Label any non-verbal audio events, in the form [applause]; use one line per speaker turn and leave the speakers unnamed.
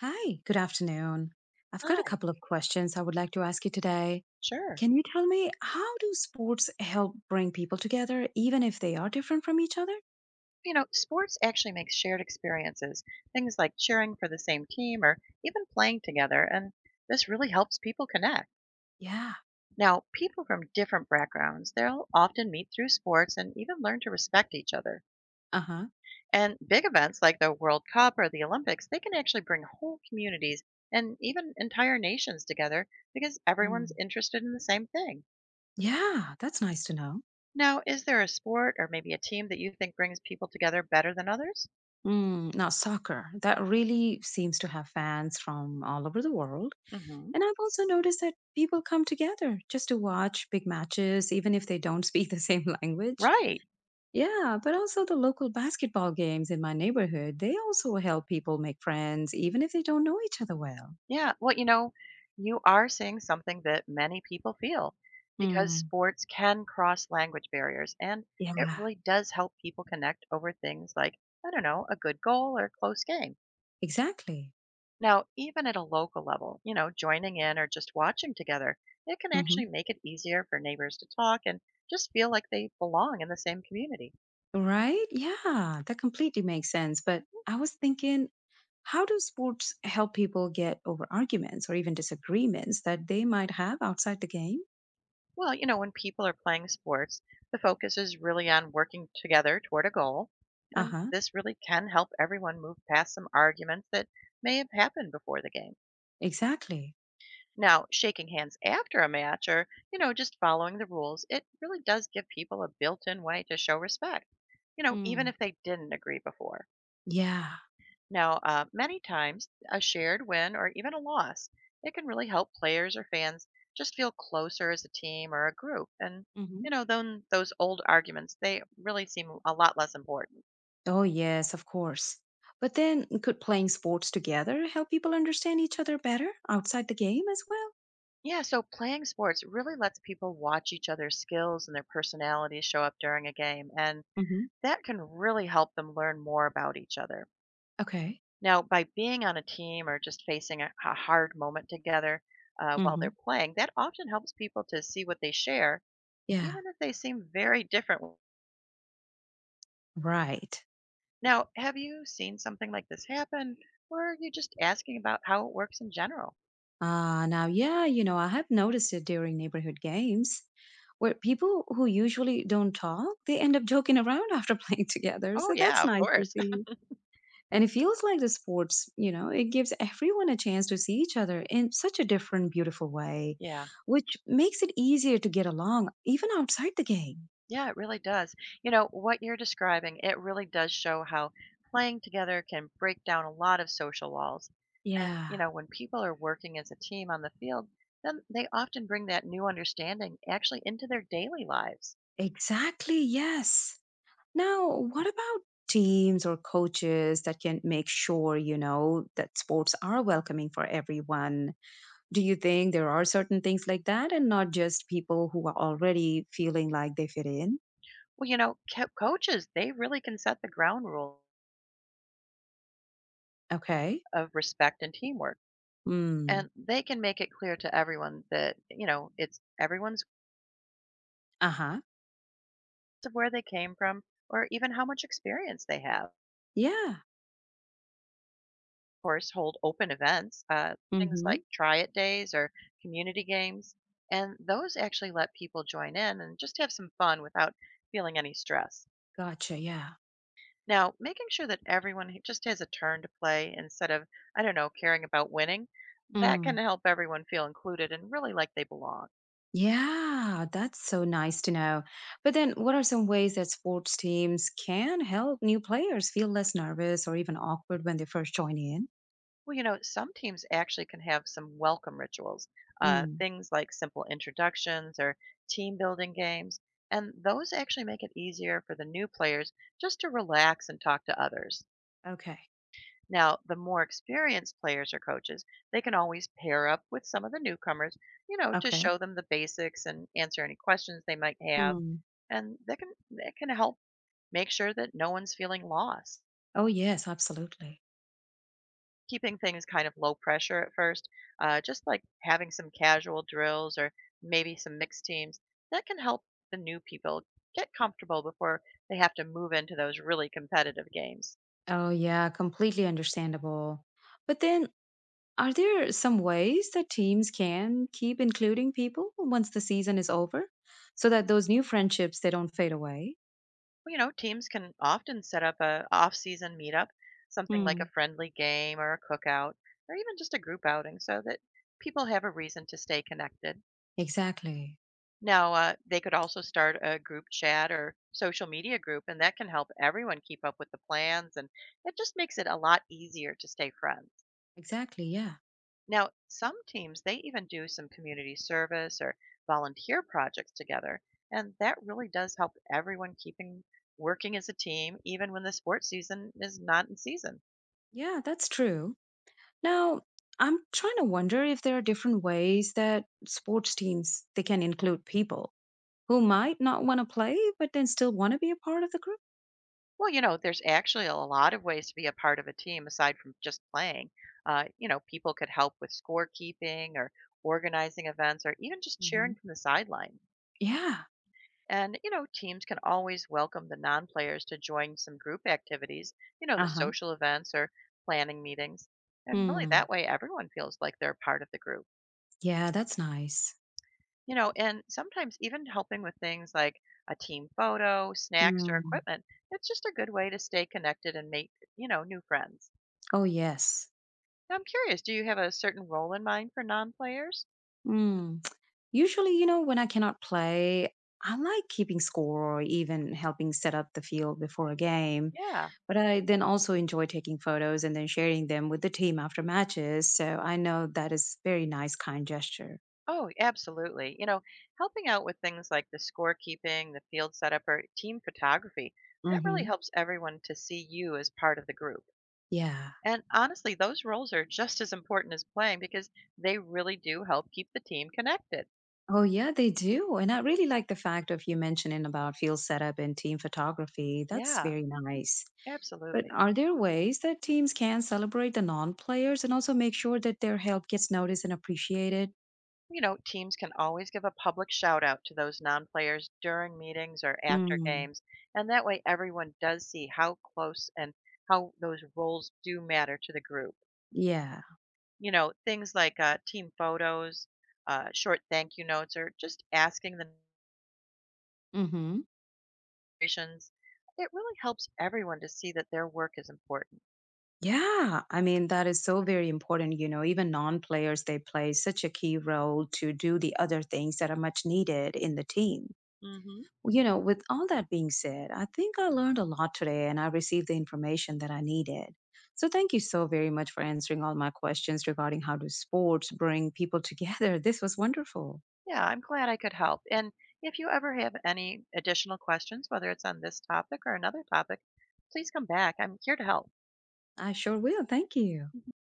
Hi, good afternoon. I've got a
Hi.
couple of questions I would like to ask you today.
Sure.
Can you tell me how do sports help bring people together even if they are different from each other?
You know, sports actually makes shared experiences, things like cheering for the same team or even playing together, and this really helps people connect.
Yeah.
Now, people from different backgrounds, they'll often meet through sports and even learn to respect each other.
Uh-huh.
And big events like the World Cup or the Olympics, they can actually bring whole communities and even entire nations together because everyone's
Mm.
interested in the same thing.
Yeah, that's nice to know.
Now, is there a sport or maybe a team that you think brings people together better than others?
Soccer, that really seems to have fans from all over the world.
Hmm.
And I've also noticed that people come together just to watch big matches, even if they don't [laughs] speak the same [laughs] language.
Right.
Yeah, but also the local basketball games in my neighborhood, they also help people make friends, even if they don't know each other well.
Yeah, well, you know, you are saying something that many people feel because
Hmm.
sports can cross language barriers, and
Yeah,
it really does help people connect over things like, I don't know, a good goal or a close game.
exactly.
Now, even at a local level, you know, joining in or just watching together, it can actually
Hmm.
make it easier for neighbors to talk and just feel like they belong in the same community.
Right? Yeah, that completely makes sense. But I was thinking, how do sports help people get over arguments or even disagreements that they might have outside the game?
Well, you know, when people are playing sports, the focus is really on working together toward a goal,
Uh
and
huh.
this really can help everyone move past some arguments that may have happened before the game.
Exactly.
Now, shaking hands after a match or, you know, just following the rules, it really does give people a built in way to show respect, you know, even
Mm.
if they didn't agree before.
Yeah.
Now, many times, a shared win or even a loss, it can really help players or fans just feel closer as a team or a group. And, you know, then those old arguments, they really seem a lot less important.
Oh, yes, of course. But then, could playing sports together help people understand each other better outside the game as well?
Yeah, so playing sports really lets people watch each other's skills and their personalities show up during a game, and
Hmm.
that can really help them learn more about each other.
Okay.
Now, by being on a team or just facing a hard moment together while
Hmm.
they're playing, that often helps people to see what they share
Yeah,
even if they seem very different.
right.
Now, have you seen something like this happen, or are you just asking about how it works in general?
Now, yeah, you know, I have noticed it during neighborhood games where people who usually don't talk, they end up joking around [laughs] after playing together.
Oh,
So
yeah,
that's
of
nice to
course.
see. And it feels like the sports, it gives everyone a chance to see each other in such a different, beautiful way,
[laughs] yeah,
which makes it easier to get along even outside the game.
yeah, it really does. You know, what you're describing, it really does show how playing together can break down a lot of social walls. And, you
Yeah,
know, when people are working as a team on the field, then they often bring that new understanding actually into their daily lives.
exactly. Yes. Now, what about teams or coaches that can make sure, you know, that sports are welcoming for everyone? Do you think there are certain things like that and not just people who are already feeling like they fit in?
Well, you know, coaches, they really can set the ground rule
Okay.
of respect and teamwork.
Mm.
And they can make it clear to everyone that, you know, it's everyone's
Uh huh.
of where they came from or even how much experience they have. Of
Yeah.
course, hold open events,
Mm
things
hmm.
like try it days or community games. And those actually let people join in and just have some fun without feeling any stress.
Gotcha, yeah.
Now, making sure that everyone just has a turn to play instead of, I don't know, caring about winning, that can
Mm.
help everyone feel included and really like they belong.
Yeah, that's so nice to know. But then, what are some ways that sports teams can help new players feel less nervous or even awkward when they first join in?
Well, you know, some teams actually can have some welcome rituals,
Mm.
things like simple introductions or team building games, and those actually make it easier for the new players just to relax and talk to others.
Okay,
Now, the more experienced players or coaches, they can always pair up with some of the newcomers, you know, to
okay.
show them the basics and answer any questions they might have,
Mm.
and that can help make sure that no one's feeling lost.
Oh, yes, absolutely.
Keeping things kind of low pressure at first, just like having some casual drills or maybe some mixed teams, that can help the new people get comfortable before they have to move into those really competitive games.
Oh, yeah, completely understandable. But then, are there some ways that teams can keep including people once the season is over so that those new friendships they don't fade away?
Well, you know, teams can often set up a off-season meetup, something like a
Mm.
friendly game or a cookout, or even just a group outing so that people have a reason to stay connected.
Exactly.
Now, they could also start a group chat or social media group, and that can help everyone keep up with the plans, and it just makes it a lot easier to stay friends.
Exactly, yeah.
Now, some teams, they even do some community service or volunteer projects together, and that really does help everyone keeping working as a team, even when the sports season is not in season.
Yeah, that's true. Now, I'm trying to wonder if there are different ways that sports teams they can include people who might not want to play but then still want to be a part of the group.
Well, you know, there's actually a lot of ways to be a part of a team aside from just playing. You know, people could help with scorekeeping or organizing events or even just
Hmm.
cheering from the sideline.
Yeah.
And, you know, teams can always welcome the non players to join some group activities, you know, the
Uh-huh.
social events or planning meetings. And really, that
Hmm.
way, everyone feels like they're part of the group.
Yeah, that's nice.
You know, and sometimes even helping with things like a team photo, snacks, or
Mm.
equipment, it's just a good way to stay connected and make, you know, new friends.
Oh, yes.
I'm curious, do you have a certain role in mind for non-players?
Mm. Usually, when I cannot play, I like keeping score or even helping set up the field before a game.
Yeah.
But I then also enjoy taking photos and then sharing them with the team after matches. So I know that is very nice, kind gesture.
Oh, absolutely. You know, helping out with things like the scorekeeping, the field setup, or team photography, that really
Hmm.
helps everyone to see you as part of the group.
Yeah.
And honestly, those roles are just as important as playing because they really do help keep the team connected.
Oh, yeah, they do. And I really like the fact of you mentioning about field setup and team photography. That's
Yeah,
very nice. But
absolutely.
are there ways that teams can celebrate the non-players and also make sure that their help gets noticed and appreciated?
You know, teams can always give a public shout out to those non players during meetings or after
Mm.
games. And that way, everyone does see how close and how those roles do matter to the group.
Yeah.
You know, things like team photos, short thank you notes, or just asking the
Hmm.
questions. It really helps everyone to see that their work is important.
Yeah, I mean, that is so very important. Even non players, they play such a key role to do the other things that are much needed in the team.
Hmm.
Well, with all that being said, I think I learned a lot today and I received the information that I needed. So thank you so very much for answering all my questions regarding how do sports bring people together. [laughs] This was wonderful.
Yeah, I'm glad I could help. And if you ever have any additional questions, whether it's on this topic or another topic, please come back. I'm here to help.
I sure will. Thank you.